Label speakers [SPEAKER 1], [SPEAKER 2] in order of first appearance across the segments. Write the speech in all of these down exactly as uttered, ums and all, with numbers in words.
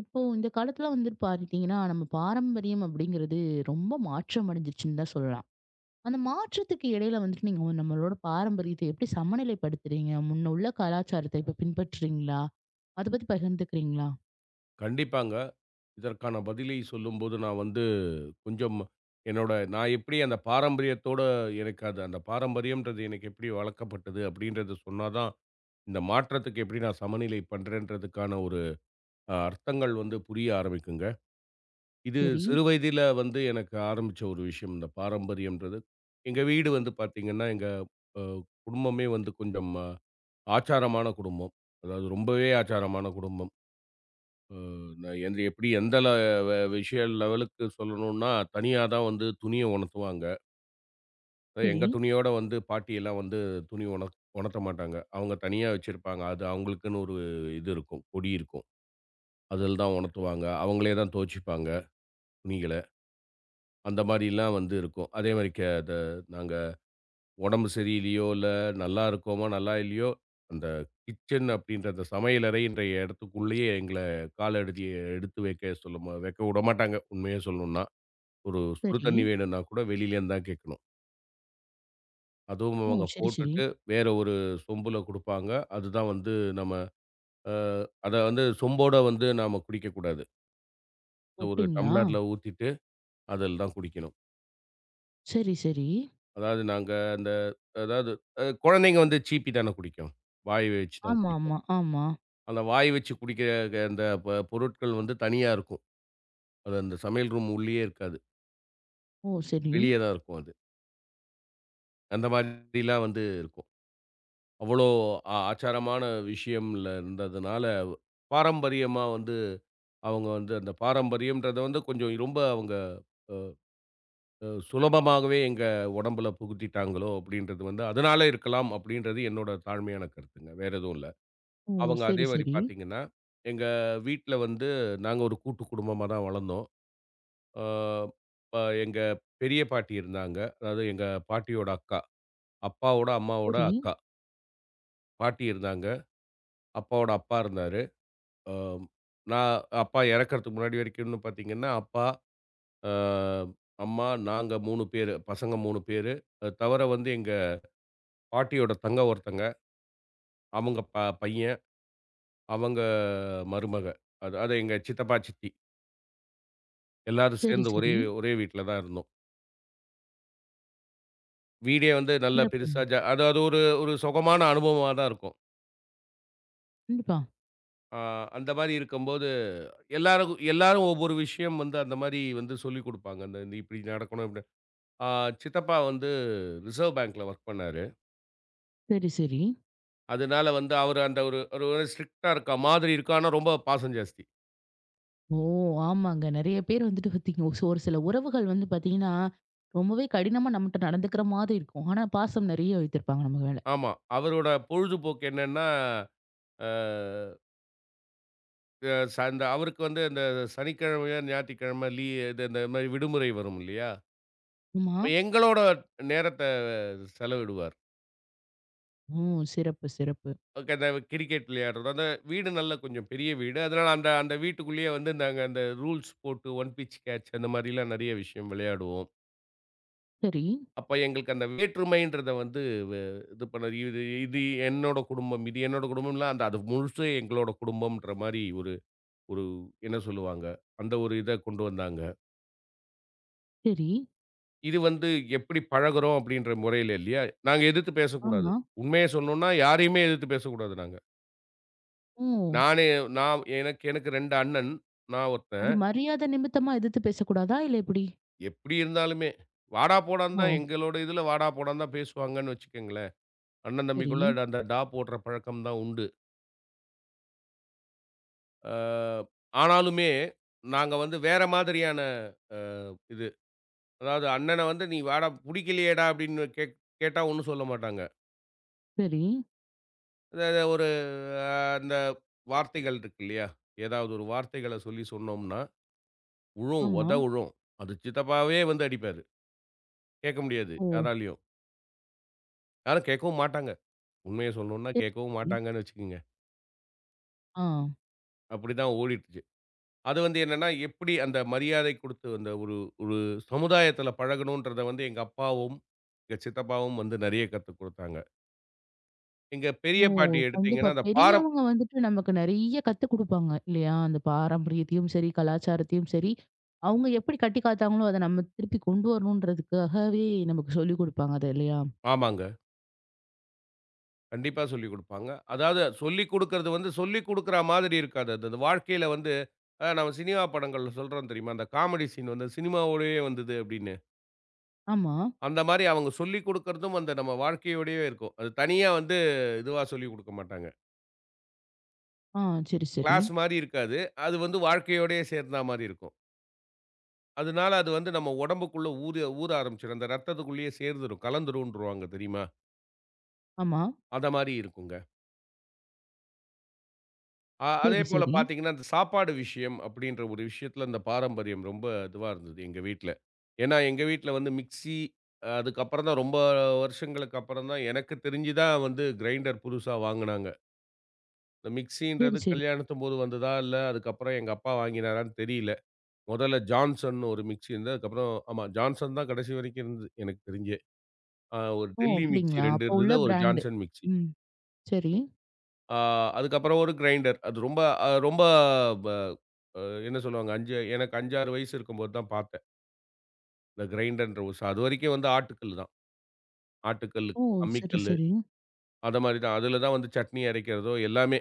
[SPEAKER 1] இப்போ இந்த காலத்துல வந்துட்டு பார்த்தீங்கன்னா, நம்ம பாரம்பரியம் அப்படிங்கிறது ரொம்ப மாற்றம் அடைஞ்சிருச்சுன்னு தான் சொல்லலாம். அந்த மாற்றத்துக்கு இடையில வந்துட்டு நீங்க வந்து நம்மளோட பாரம்பரியத்தை எப்படி சமநிலைப்படுத்துறீங்க? முன்ன உள்ள கலாச்சாரத்த இப்ப பின்பற்றுறீங்களா? அத பத்தி பகிர்ந்துக்கிறீங்களா?
[SPEAKER 2] கண்டிப்பாங்க. இதற்கான பதிலை சொல்லும்போது நான் வந்து கொஞ்சம் என்னோட நான் எப்படி அந்த பாரம்பரியத்தோட எனக்கு அது அந்த பாரம்பரியம்ன்றது எனக்கு எப்படி வளர்க்கப்பட்டது அப்படின்றத சொன்னா தான், இந்த மாற்றத்துக்கு எப்படி நான் சமநிலை பண்றேன்றதுக்கான ஒரு அ அர்த்தங்கள் வந்து புரிய ஆரம்பிக்குங்க. இது
[SPEAKER 1] சரி,
[SPEAKER 2] சிறு வயதில வந்து எனக்கு ஆரம்பிச்ச ஒரு விஷயம் இந்த பாரம்பரியம்ன்றது. எங்க வீடு வந்து பார்த்தீங்கன்னா, எங்க அ குடும்பமே வந்து கொஞ்சம் அஹ், ஆச்சாரமான குடும்பம். அதாவது ரொம்பவே ஆச்சாரமான குடும்பம். அ நான் எந்த எப்படி எந்த ல வ விஷய லெவலுக்கு சொல்லணும்னா, தனியா தான் வந்து துணிய உணர்த்துவாங்க.
[SPEAKER 1] சரி,
[SPEAKER 2] எங்க துணியோட வந்து பாட்டியெல்லாம் வந்து துணி உணத் உணர்த்த மாட்டாங்க. அவங்க தனியா வச்சிருப்பாங்க. அது அவங்களுக்குன்னு ஒரு இது இருக்கும். கொடி இருக்கும். அதில தான் உணர்த்துவாங்க. அவங்களே தான் துவச்சுப்பாங்க துணிகள. அந்த மாரிலாம் வந்து இருக்கும். அதே மாரி க த நாங்க உடம்பு சரியில்லையோ, இல்ல நல்லா இருக்கோமோ, நல்லா இல்லையோ, அந்த கிச்சன் அப்படின்ற அந்த சமையலறைன்ற இடத்துக்குள்ளேயே எங்கள கால எடுத்து எடுத்து வைக்க சொல்ல வைக்க விடமாட்டாங்க, உண்மைய சொல்லணும்னா. ஒரு சுடு
[SPEAKER 1] சரி.
[SPEAKER 2] தண்ணி வேணும்னா கூட வெளியிலேருந்து தான் கேட்கணும். அதுவும்
[SPEAKER 1] ஓ!
[SPEAKER 2] அவங்க
[SPEAKER 1] சரி, சரி.
[SPEAKER 2] போட்டுட்டு வேற ஒரு சொம்புல குடுப்பாங்க. அதுதான் வந்து நம்ம அ அத வந்து சொம்போட வந்து நாம குடிக்கக்கூடாது.
[SPEAKER 1] ஓ!
[SPEAKER 2] இந்த ஒரு
[SPEAKER 1] அப்படிங்களா?
[SPEAKER 2] டம்ளர்ல ஊத்திட்டு அதில தான் குடிக்கணும்.
[SPEAKER 1] சரி, சரி.
[SPEAKER 2] அதாவது நாங்க அந்த அதாவது அ குழந்தைங்க வந்து சீப்பி தானே குடிக்கும். வாய் வச்சு தான்
[SPEAKER 1] ஆமா,
[SPEAKER 2] குடிக்கும்.
[SPEAKER 1] ஆமா, ஆமா.
[SPEAKER 2] அந்த வாய் வச்சு குடிக்கிற க அந்த ப பொருட்கள் வந்து தனியா இருக்கும். அது அந்த சமையல் ரூம் உள்ளேயே இருக்காது.
[SPEAKER 1] ஓ! சரி.
[SPEAKER 2] வெளியே தான் இருக்கும் அது. அந்த மாதிரிலாம் வந்து இருக்கும். அவ்வளோ அ ஆச்சாரமான விஷயம்ல இருந்ததுனால, பாரம்பரியமா வந்து அவங்க வந்து அந்த பாரம்பரியம்ன்றத வந்து கொஞ்சம் ரொம்ப அவங்க அ சுலபமாகவே எங்க உடம்புல புகுத்திட்டாங்களோ! அப்பிடின்றது வந்து அதனால இருக்கலாம் அப்பிடின்றது என்னோட தாழ்மையான கருத்துங்க. வேற எதுவும் இல்ல.
[SPEAKER 1] ஓ!
[SPEAKER 2] அவங்க அதே
[SPEAKER 1] சரி,
[SPEAKER 2] மாரி
[SPEAKER 1] சரி.
[SPEAKER 2] பார்த்தீங்கன்னா, எங்க வீட்ல வந்து நாங்க ஒரு கூட்டு குடும்பமா தான் வளர்ந்தோம். அ ப எங்க பெரிய பாட்டி இருந்தாங்க. அதாவது எங்க பாட்டியோட அக்கா. அப்பாவோட அம்மாவோட
[SPEAKER 1] சரி,
[SPEAKER 2] அக்கா. பாட்டி இருந்தாங்க. அப்பாவோட அப்பா இருந்தாரு. அ நான் அப்பா இறக்கறதுக்கு முன்னாடி வரைக்கும்னு பார்த்தீங்கன்னா, அப்பா, அ அம்மா, நாங்க மூன்று பேரு. பசங்க மூன்று பேரு. அ தவிர வந்து எங்க பாட்டியோட தங்க ஒருத்தங்க. அவங்க ப பையன், அவங்க மருமக. அதாவது எங்க சித்தப்பா, சித்தி எல்லாரும்
[SPEAKER 1] சரி,
[SPEAKER 2] சேர்ந்து ஒரே
[SPEAKER 1] சரி.
[SPEAKER 2] ஒரே வீட்ல தான் இருந்தோம். வீடே வந்து நல்ல
[SPEAKER 1] சிறப்புங்க.
[SPEAKER 2] பெருசா ஜ அதாவது ஒரு ஒரு சொகமான அனுபவமா தான் இருக்கும்.
[SPEAKER 1] கண்டிப்பா.
[SPEAKER 2] அ அந்த மாரி இருக்கும்போது எல்லாருக்கும் எல்லாரும் ஒவ்வொரு விஷயம் வந்து அந்த மாரி வந்து சொல்லிக் குடுப்பாங்க. அந்த "இப்டி நடக்கணும்" இப்டி அ சித்தப்பா வந்து ரிசர்வ் பேங்க்ல வொர்க் பண்ணாரு.
[SPEAKER 1] சரி, சரி.
[SPEAKER 2] அதனால வந்து அவரு அந்த ஒரு ஒரு ஸ்ட்ரிக்ட்டா இருக்க மாதிரி இருக்கும். ஆனா, ரொம்ப பாசம் ஜாஸ்தி.
[SPEAKER 1] ஓ! ஆமாங்க. நெறைய பேர் வந்துட்டு பாத்தீங்க ஒரு ஒரு சில உறவுகள் வந்து பாத்தீங்கன்னா, ரொம்பவே கடினமா நம்மட்ட நடந்துக்கிற மாதிரி இருக்கும். ஆனா பாசம் நெறைய வைத்திருப்பாங்க நம்ம மேல.
[SPEAKER 2] ஆமா. அவரோட பொழுதுபோக்கு என்னன்னா, அ அ ச அந்த அவருக்கு வந்து இந்த சனிக்கிழமையோ, ஞாயிற்றுக்கிழமை லீ இது இந்த மாரி விடுமுறை வரும் இல்லையா?
[SPEAKER 1] ஆமா.
[SPEAKER 2] அப்ப எங்களோட நேரத்த செலவிடுவார்.
[SPEAKER 1] ஓ! சிறப்பு, சிறப்பு.
[SPEAKER 2] ஓகே. அந்த கிரிக்கெட் விளையாடுறது. அந்த வீடு நல்ல கொஞ்சம் பெரிய வீடு. அதனால அந்த அந்த வீட்டுக்குள்ளேயே வந்து நாங்க அந்த ரூல்ஸ் போட்டு ஒன் பிட்ச் கேட்ச் அந்த மாரிலாம் நெறைய விஷயம் விளையாடுவோம்.
[SPEAKER 1] சரி,
[SPEAKER 2] அப்ப எங்களுக்கு அந்த வேற்றுமைன்றத வந்து வ இது பண்ணது. இது இது என்னோட குடும்பம். இது என்னோட குடும்பம்லாம் அந்த அது முழுசும் எங்களோட குடும்பம்ன்ற மாரி ஒரு ஒரு என்ன சொல்லுவாங்க, அந்த ஒரு இத கொண்டு வந்தாங்க.
[SPEAKER 1] சரி.
[SPEAKER 2] இது வந்து எப்படி பழகுறோம் அப்படின்ற முறையில இல்லையா? நாங்க எதிர்த்து பேசக்கூடாது.
[SPEAKER 1] ஆமா.
[SPEAKER 2] உண்மைய சொல்லணும்னா யாரையுமே எதிர்த்து பேசக்கூடாது நாங்க.
[SPEAKER 1] ஓ!
[SPEAKER 2] நானே நான் எனக்கு எனக்கு ரெண்டு அண்ணன். நான் ஒருத்தன்.
[SPEAKER 1] அது மரியாதை நிமித்தமா எதிர்த்து பேசக்கூடாதா? இல்ல எப்படி?
[SPEAKER 2] எப்படி இருந்தாலுமே, வாடா போடான்னு
[SPEAKER 1] ஓ!
[SPEAKER 2] தான் எங்களோட இதுல வாடா போடான்னு தான் பேசுவாங்கன்னு வச்சுக்கங்களேன். அண்ணன்
[SPEAKER 1] சரி,
[SPEAKER 2] தம்பிக்குள்ள அந்த டா போடுற பழக்கம் தான் உண்டு. அ ஆனாலுமே, நாங்க வந்து வேற மாதிரியான அ இது. அதாவது அண்ணன வந்து, "நீ வாடா புடிக்கலையேடா" அப்படின்னு கேட் கேட்டா ஒண்ணும் சொல்ல மாட்டாங்க.
[SPEAKER 1] சரி.
[SPEAKER 2] அதாவது ஒரு அ அந்த வார்த்தைகள் இருக்கு இல்லையா? ஏதாவது ஒரு வார்த்தைகள சொல்லி சொன்னோம்னா, விழும், உத
[SPEAKER 1] ஆமா.
[SPEAKER 2] விழும். அது சித்தப்பாவே வந்து அடிப்பாரு. கேட்க முடியாது
[SPEAKER 1] ஓ!
[SPEAKER 2] யாராலயும். யாரும் கேட்கவும் மாட்டாங்க. உண்மைய சொல்லணும்னா கேட்கவும்
[SPEAKER 1] சரி.
[SPEAKER 2] மாட்டாங்கன்னு வச்சுக்கங்க.
[SPEAKER 1] ஆ.
[SPEAKER 2] அப்படிதான் ஓடிட்டுச்சு. அது வந்து என்னன்னா, எப்படி அந்த மரியாதை குடுத்து அந்த ஒரு ஒரு சமுதாயத்துல பழகணுன்றத வந்து எங்க அப்பாவும், எங்க சித்தப்பாவும் வந்து நெறைய கத்துக் குடுத்தாங்க. எங்க பெரிய
[SPEAKER 1] ஓ!
[SPEAKER 2] பாட்டி
[SPEAKER 1] கண்டிப்பா.
[SPEAKER 2] எடுத்தீங்கன்னா, அந்த பாரம்
[SPEAKER 1] பெரியவங்க வந்துட்டு நமக்கு நெறைய கத்துக் குடுப்பாங்க இல்லையா? அந்த பாரம்பரியத்தையும் சரி, கலாச்சாரத்தையும் சரி, அவங்க எப்படி கட்டி காத்தாங்களோ, அத நம்ம திருப்பி கொண்டு வரணுன்றதுக்காகவே நமக்கு சொல்லிக் குடுப்பாங்க அது இல்லையா?
[SPEAKER 2] ஆமாங்க. கண்டிப்பா சொல்லிக் குடுப்பாங்க. அதாவது சொல்லிக் குடுக்குறது வந்து சொல்லிக் குடுக்குற மாதிரி இருக்காது. அது அது வாழ்க்கையில வந்து அ நம்ம சினிமா படங்கள்ல சொல்றோம் தெரியுமா? அந்த காமெடி சீன் வந்து சினிமாவோடயே வந்தது அப்படின்னு.
[SPEAKER 1] ஆமா.
[SPEAKER 2] அந்த மாரி அவங்க சொல்லிக் குடுக்குறதும் அந்த நம்ம வாழ்க்கையோடயே இருக்கும். அது தனியா வந்து இதுவா சொல்லிக் குடுக்க மாட்டாங்க.
[SPEAKER 1] ஆ சரி, சரி.
[SPEAKER 2] கிளாஸ் மாரி இருக்காது. அது வந்து வாழ்க்கையோடயே சேர்ந்தா மாரி இருக்கும். அதனால அது வந்து நம்ம உடம்புக்குள்ள ஊற ஊற ஆரம்பிச்சுரும். அந்த ரத்தத்துக்குள்ளேயே சேர்ந்துரும். கலந்துரும்ன்றுவாங்க தெரியுமா?
[SPEAKER 1] ஆமா.
[SPEAKER 2] அத மாரி இருக்குங்க. அ அதே
[SPEAKER 1] சரி,
[SPEAKER 2] போல
[SPEAKER 1] சரி.
[SPEAKER 2] பார்த்தீங்கன்னா, அந்த சாப்பாடு விஷயம் அப்படின்ற ஒரு விஷயத்துல இந்த பாரம்பரியம் ரொம்ப இதுவா இருந்தது எங்க வீட்ல. ஏன்னா எங்க வீட்ல வந்து மிக்ஸி, அ அதுக்கப்புறம் தான் ரொம்ப வருஷங்களுக்கு அப்புறம் தான் எனக்கு தெரிஞ்சு தான் வந்து கிரைண்டர் புதுசா வாங்குனாங்க. இந்த
[SPEAKER 1] சரி,
[SPEAKER 2] மிக்ஸின்றது
[SPEAKER 1] சரி.
[SPEAKER 2] கல்யாணத்தின் போது வந்ததா? இல்ல அதுக்கப்புறம் எங்க அப்பா வாங்கினாரான்னு தெரியல. முதல்ல ஜான்சன் ஒரு மிக்ஸி இருந்தது. அதுக்கப்புறம் ஆமா ஜான்சன் தான் கடைசி வரைக்கும் இருந்தது எனக்கு தெரிஞ்சு. ஆ ஒரு
[SPEAKER 1] ஓ!
[SPEAKER 2] டெல்லி
[SPEAKER 1] அப்படிங்களா?
[SPEAKER 2] மிக்ஸி ரெண்டு
[SPEAKER 1] அப்போ உள்ள
[SPEAKER 2] இருந்தது. ஒரு
[SPEAKER 1] பிராண்டு.
[SPEAKER 2] Johnson mixie.
[SPEAKER 1] ம். சரி.
[SPEAKER 2] ஆ அதுக்கப்புறம் ஒரு கிரைண்டர். அது ரொம்ப அ ரொம்ப ப அ என்ன சொல்லுவாங்க ஐந்து எனக்கு ஐந்து, ஆறு வயசு இருக்கும்போது தான் பார்த்தேன். இந்த கிரைண்டர்ன்ற ஒரு சா அதுவரைக்கும் வந்து ஆட்டுக்கல்லு தான். ஆட்டுக்கல்லு,
[SPEAKER 1] ஓ! சரி,
[SPEAKER 2] அம்மிக்கல்லு
[SPEAKER 1] சரி.
[SPEAKER 2] அத மாரி தான். அதுல தான் வந்து சட்னி அரைக்கிறதோ எல்லாமே.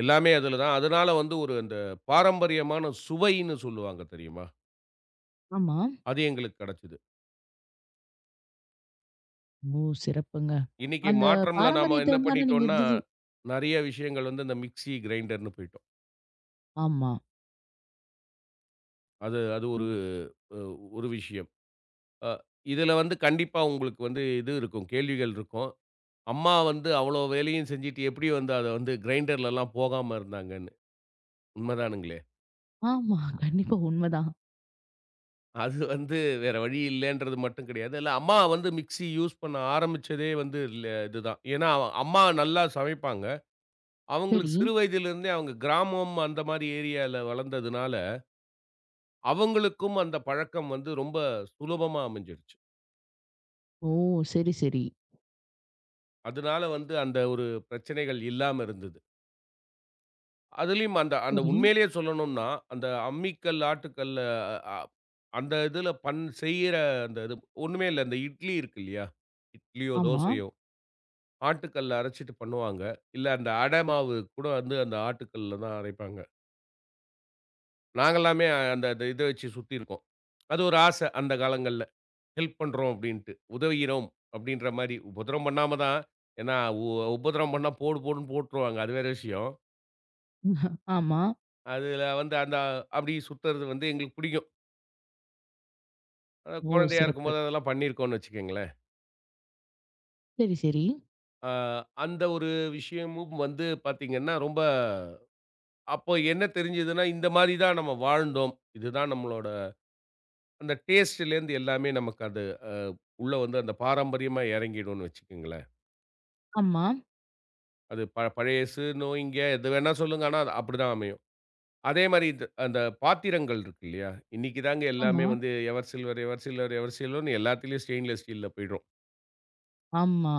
[SPEAKER 2] எல்லாமே அதுல தான். அதனால வந்து ஒரு அந்த பாரம்பரியமான சுவைன்னு சொல்லுவாங்க தெரியுமா?
[SPEAKER 1] ஆமா.
[SPEAKER 2] அது எங்களுக்கு கிடைச்சது.
[SPEAKER 1] ஓ! சிறப்புங்க.
[SPEAKER 2] இன்னைக்கு
[SPEAKER 1] அந்த
[SPEAKER 2] மாற்றம்ல நாம என்ன
[SPEAKER 1] பாரம்பரியத்த வந்து ஆனா நீங்க
[SPEAKER 2] பண்ணிட்டோம்னா,
[SPEAKER 1] இது
[SPEAKER 2] நெறைய விஷயங்கள் வந்து இந்த மிக்ஸி, கிரைண்டர்ன்னு போயிட்டோம்.
[SPEAKER 1] ஆமா.
[SPEAKER 2] அது அது ஒரு ம். அ ஒரு விஷயம். அ இதுல வந்து கண்டிப்பா உங்களுக்கு வந்து இது இருக்கும். கேள்விகள் இருக்கும். அம்மா வந்து அவ்ளோ வேலையும் செஞ்சுட்டு எப்படி வந்து அத வந்து கிரைண்டர்லலாம் போகாம இருந்தாங்கன்னு. உண்மதானுங்களே?
[SPEAKER 1] ஆமா. கண்டிப்பா உண்மதான்.
[SPEAKER 2] அது வந்து வேற வழி இல்லன்றது மட்டும் கிடையாது. இல்ல அம்மா வந்து மிக்ஸி யூஸ் பண்ண ஆரம்பிச்சதே வந்து இல்ல இதுதான். ஏன்னா அம்மா நல்லா சமைப்பாங்க. அவங்களுக்கு
[SPEAKER 1] சரி.
[SPEAKER 2] சிறு வயதிலிருந்தே அவங்க கிராமம் அந்த மாரி ஏரியால வளர்ந்ததுனால, அவங்களுக்கும் அந்த பழக்கம் வந்து ரொம்ப சுலபமா அமைஞ்சிருச்சு.
[SPEAKER 1] ஓ! சரி, சரி.
[SPEAKER 2] அதனால வந்து அந்த ஒரு பிரச்சனைகள் இல்லாம இருந்தது. அதுலயும் அந்த அந்த
[SPEAKER 1] சரி.
[SPEAKER 2] உண்மையிலேயே சொல்லணும்னா, அந்த அம்மிக்கல், ஆட்டுக்கல்ல அ அந்த இதுல பண் செய்யிற அந்த இது ஒண்ணுமே இல்ல. இந்த இட்லி இருக்கு இல்லையா? இட்லியோ,
[SPEAKER 1] ஆமா.
[SPEAKER 2] தோசையோ ஆட்டுக்கல்ல அரைச்சுட்டு பண்ணுவாங்க. இல்ல அந்த அடை மாவு கூட வந்து அந்த ஆட்டுக்கல்ல தான் அரைப்பாங்க. நாங்கல்லாமே அந்த அந்த இத வச்சு சுத்தியிருக்கோம். அது ஒரு ஆசை அந்த காலங்கள்ல. ஹெல்ப் பண்றோம் அப்டின்ட்டு. உதவுகிறோம் அப்டின்ற மாரி. உபத்திரம் பண்ணாம தான் ஏன்னா உ உபத்திரம் பண்ணா போடு போடுன்னு போட்டுருவாங்க. அது வேற விஷயம்.
[SPEAKER 1] ஆமா.
[SPEAKER 2] அதுல வந்து அந்த அப்டி சுத்துறது வந்து எங்களுக்கு பிடிக்கும். அ
[SPEAKER 1] ஓ!
[SPEAKER 2] குழந்தையா
[SPEAKER 1] சிறப்பு.
[SPEAKER 2] இருக்கும்போது அதெல்லாம் பண்ணியிருக்கோம்னு வச்சுக்கங்களேன்.
[SPEAKER 1] சரி, சரி.
[SPEAKER 2] அ அந்த ஒரு விஷயமும் வந்து பார்த்தீங்கன்னா, ரொம்ப அப்போ என்ன தெரிஞ்சதுன்னா, இந்த மாரி தான் நம்ம வாழ்ந்தோம். இதுதான் நம்மளோட அந்த டேஸ்ட்லேருந்து எல்லாமே நமக்கு அது அ உள்ள வந்து அந்த பாரம்பரியமா இறங்கிடும்னு வச்சுக்கங்களேன்.
[SPEAKER 1] ஆமா,
[SPEAKER 2] அது ப பழசுனோய்ங்க எது வேணா சொல்லுங்க. ஆனா அது அப்படிதான் அமையும். அதே மாரி இது அந்த பாத்திரங்கள் இருக்கு இல்லையா? இன்னைக்கு தாங்க
[SPEAKER 1] ஆமா,
[SPEAKER 2] எல்லாமே வந்து எவர் சில்வர், எவர் சில்வர், எவர் சில்வர்ன்னு எல்லாத்துலயும் ஸ்டெயின்லெஸ் ஸ்டீல்ல போயிடுறோம்.
[SPEAKER 1] ஆமா.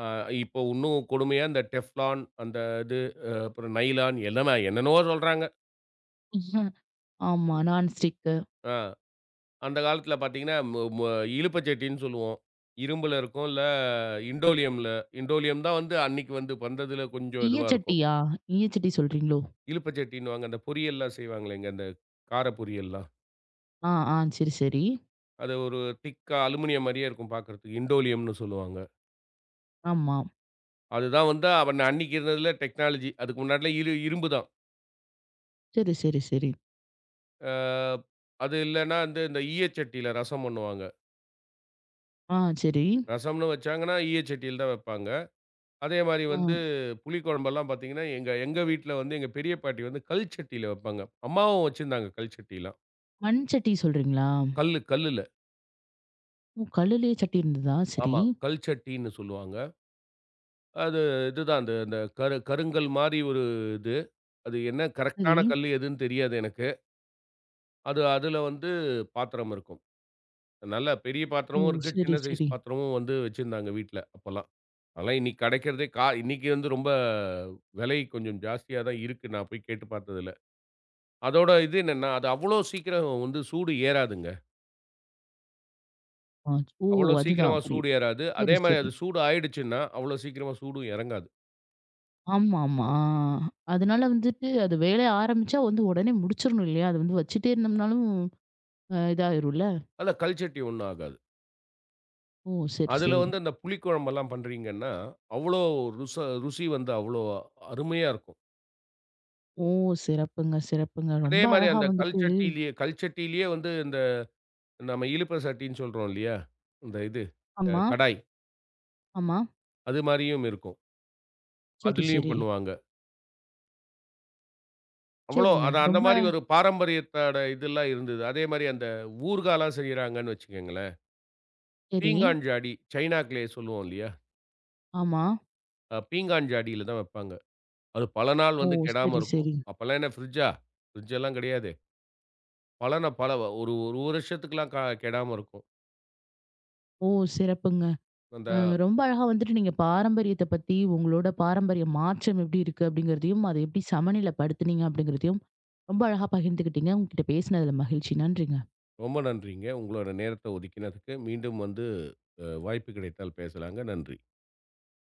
[SPEAKER 2] ஆ இப்போ உன்னும் கொடுமையா இந்த டெஃப்லான் அந்த இது அ அப்புறம் நைலான் எல்லாமே என்னென்னவோ சொல்றாங்க.
[SPEAKER 1] ஆமா. நான்ஸ்டிக்கு.
[SPEAKER 2] ஆ அந்த காலத்தில பார்த்தீங்கன்னா, மு மு இலுப்ப சட்டின்னு சொல்லுவோம். இரும்புல இருக்கும். இல்ல இண்டோலியம்ல இண்டோலியம் தான் வந்து அன்னைக்கு வந்து வந்ததுல கொஞ்சம் இதுவா இருக்கும்.
[SPEAKER 1] ஈயச்சட்டியா? ஈயச்சட்டி சொல்றீங்களோ?
[SPEAKER 2] இலுப்ப சட்டின்னுவாங்க. அந்த பொரியல்லாம் செய்வாங்களேங்க, அந்த கார பொரியல்லாம்.
[SPEAKER 1] ஆ, ஆ. சரி, சரி.
[SPEAKER 2] அது ஒரு திக்கா அலுமினியம் மாரியே இருக்கும் பார்க்கறதுக்கு. இண்டோலியம்னு சொல்லுவாங்க.
[SPEAKER 1] ஆமா.
[SPEAKER 2] அதுதான் வந்து அவன் அன்னைக்கு இருந்ததுல டெக்னாலஜி. அதுக்கு முன்னாடிலாம் இரு இரும்பு தான்.
[SPEAKER 1] சரி, சரி, சரி.
[SPEAKER 2] ஆ அது இல்லன்னா வந்து இந்த ஈயச்சட்டியில ரசம் பண்ணுவாங்க.
[SPEAKER 1] ஆ, சரி.
[SPEAKER 2] ரசம்ன்னு வச்சாங்கன்னா, ஈய சட்டியில தான் வைப்பாங்க. அதே மாரி
[SPEAKER 1] ஆ
[SPEAKER 2] வந்து புளி குழம்பெல்லாம் பார்த்தீங்கன்னா, எங்க எங்க வீட்ல வந்து எங்க பெரிய பாட்டி வந்து கல் சட்டியில வைப்பாங்க. அம்மாவும் வச்சிருந்தாங்க கல் சட்டிலாம்.
[SPEAKER 1] மண் சட்டி சொல்றீங்களா?
[SPEAKER 2] கல்லு கல்லுல.
[SPEAKER 1] ஓ! கல்லுலயே சட்டி இருந்ததா? சரி,
[SPEAKER 2] ஆமா. கல் சட்டின்னு சொல்லுவாங்க. அது இதுதான் அந்த அந்த கரு கருங்கல் மாரி ஒரு இது. அது என்ன
[SPEAKER 1] சரி.
[SPEAKER 2] கரெக்ட்டான கல்லு எதுன்னு தெரியாது எனக்கு. அது அதுல வந்து பாத்திரம் இருக்கும். நல்லா பெரிய
[SPEAKER 1] ஓ!
[SPEAKER 2] பாத்திரமும் இருக்கு. சின்ன
[SPEAKER 1] சரி,
[SPEAKER 2] சைஸ்
[SPEAKER 1] சரி.
[SPEAKER 2] பாத்திரமும் வந்து வச்சிருந்தாங்க வீட்ல அப்பல்லாம். அதெல்லாம் இன்னைக்கு கிடைக்கிறதே கா இன்னைக்கு வந்து ரொம்ப விலை கொஞ்சம் ஜாஸ்தியா தான் இருக்கு. நான் போய் கேட்டு பார்த்ததுல. அதோட இது என்னன்னா, அது அவ்வளோ சீக்கிரம் வந்து சூடு ஏறாதுங்க.
[SPEAKER 1] ஆ ஓ!
[SPEAKER 2] அவ்வளோ
[SPEAKER 1] அதுதான்
[SPEAKER 2] சீக்கிரமா
[SPEAKER 1] அப்படி.
[SPEAKER 2] சூடு ஏறாது. அதே
[SPEAKER 1] சரி,
[SPEAKER 2] மாரி
[SPEAKER 1] சரி.
[SPEAKER 2] அது சூடு ஆயிடுச்சுன்னா, அவ்வளோ சீக்கிரமா சூடும் இறங்காது.
[SPEAKER 1] ஆமா, ஆமா. ஆ. அதனால வந்துட்டு அது வேலைய ஆரம்பிச்சா வந்து உடனே முடிச்சிரணும் இல்லையா? அது வந்து வச்சுட்டே இருந்தோம்னாலும் அ இதாயிரும்ல.
[SPEAKER 2] அதுல கல்சட்டி ஒண்ணும் ஆகாது.
[SPEAKER 1] ஓ! சரி,
[SPEAKER 2] அதுல
[SPEAKER 1] சரி.
[SPEAKER 2] வந்து அந்த புளிக்குழம்பெல்லாம் பண்றீங்கன்னா, அவ்வளோ ருச ருசி வந்து அவ்வளோ அருமையா இருக்கும்.
[SPEAKER 1] ஓ! சிறப்புங்க, சிறப்புங்க.
[SPEAKER 2] அதே
[SPEAKER 1] ரொம்ப
[SPEAKER 2] மாரி
[SPEAKER 1] அழகா
[SPEAKER 2] அந்த
[SPEAKER 1] வந்துட்டு
[SPEAKER 2] கல்சட்டியிலேயே கல்சட்டியிலேயே வந்து இந்த நம்ம இழுப்ப சட்டின்னு சொல்றோம் இல்லையா? இந்த இது அ
[SPEAKER 1] ஆமா,
[SPEAKER 2] கடாய்.
[SPEAKER 1] ஆமா.
[SPEAKER 2] அது மாரியும் இருக்கும்.
[SPEAKER 1] சரி,
[SPEAKER 2] அதுலயும்
[SPEAKER 1] சரி.
[SPEAKER 2] பண்ணுவாங்க. அவ்வளோ
[SPEAKER 1] சரிங்க.
[SPEAKER 2] அது அந்த
[SPEAKER 1] ரொம்ப
[SPEAKER 2] மாரி
[SPEAKER 1] அழ-
[SPEAKER 2] ஒரு பாரம்பரியத்தோட இதெல்லாம் இருந்தது. அதே மாரி அந்த ஊர்காலாம் செய்றாங்கன்னு வச்சுக்கங்களேன்.
[SPEAKER 1] சரி.
[SPEAKER 2] பீங்கான் ஜாடி, சைனாக்குள்ளயே சொல்லுவோம் இல்லையா?
[SPEAKER 1] ஆமா.
[SPEAKER 2] அ பீங்கான் ஜாடியில தான் வைப்பாங்க. அது பல நாள்
[SPEAKER 1] ஓ!
[SPEAKER 2] வந்து கெடாம
[SPEAKER 1] சரி,
[SPEAKER 2] இருக்கும்.
[SPEAKER 1] சரி.
[SPEAKER 2] அப்பலாம் என்ன ஃப்ரிட்ஜா? ஃப்ரிட்ஜ் எல்லாம் கிடையாது. பலன பல ஒரு ஒரு வருஷத்துக்குலாம் க கெடாம இருக்கும்.
[SPEAKER 1] ஓ! சிறப்புங்க.
[SPEAKER 2] அந்த
[SPEAKER 1] அ ரொம்ப அழகா வந்துட்டு நீங்க பாரம்பரியத்த பத்தி, உங்களோட பாரம்பரிய மாற்றம் எப்படி இருக்கு அப்படிங்கிறதையும், அதை எப்படி சமநிலைப்படுத்துனீங்க அப்படிங்கிறதையும், ரொம்ப அழகா பகிர்ந்துக்கிட்டீங்க. உங்ககிட்ட பேசினதுல மகிழ்ச்சி. நன்றிங்க.
[SPEAKER 2] ரொம்ப நன்றிங்க. உங்களோட நேரத்த ஒதுக்கினதுக்கு. மீண்டும் வந்து அ வாய்ப்பு கிடைத்தால் பேசலாங்க. நன்றி.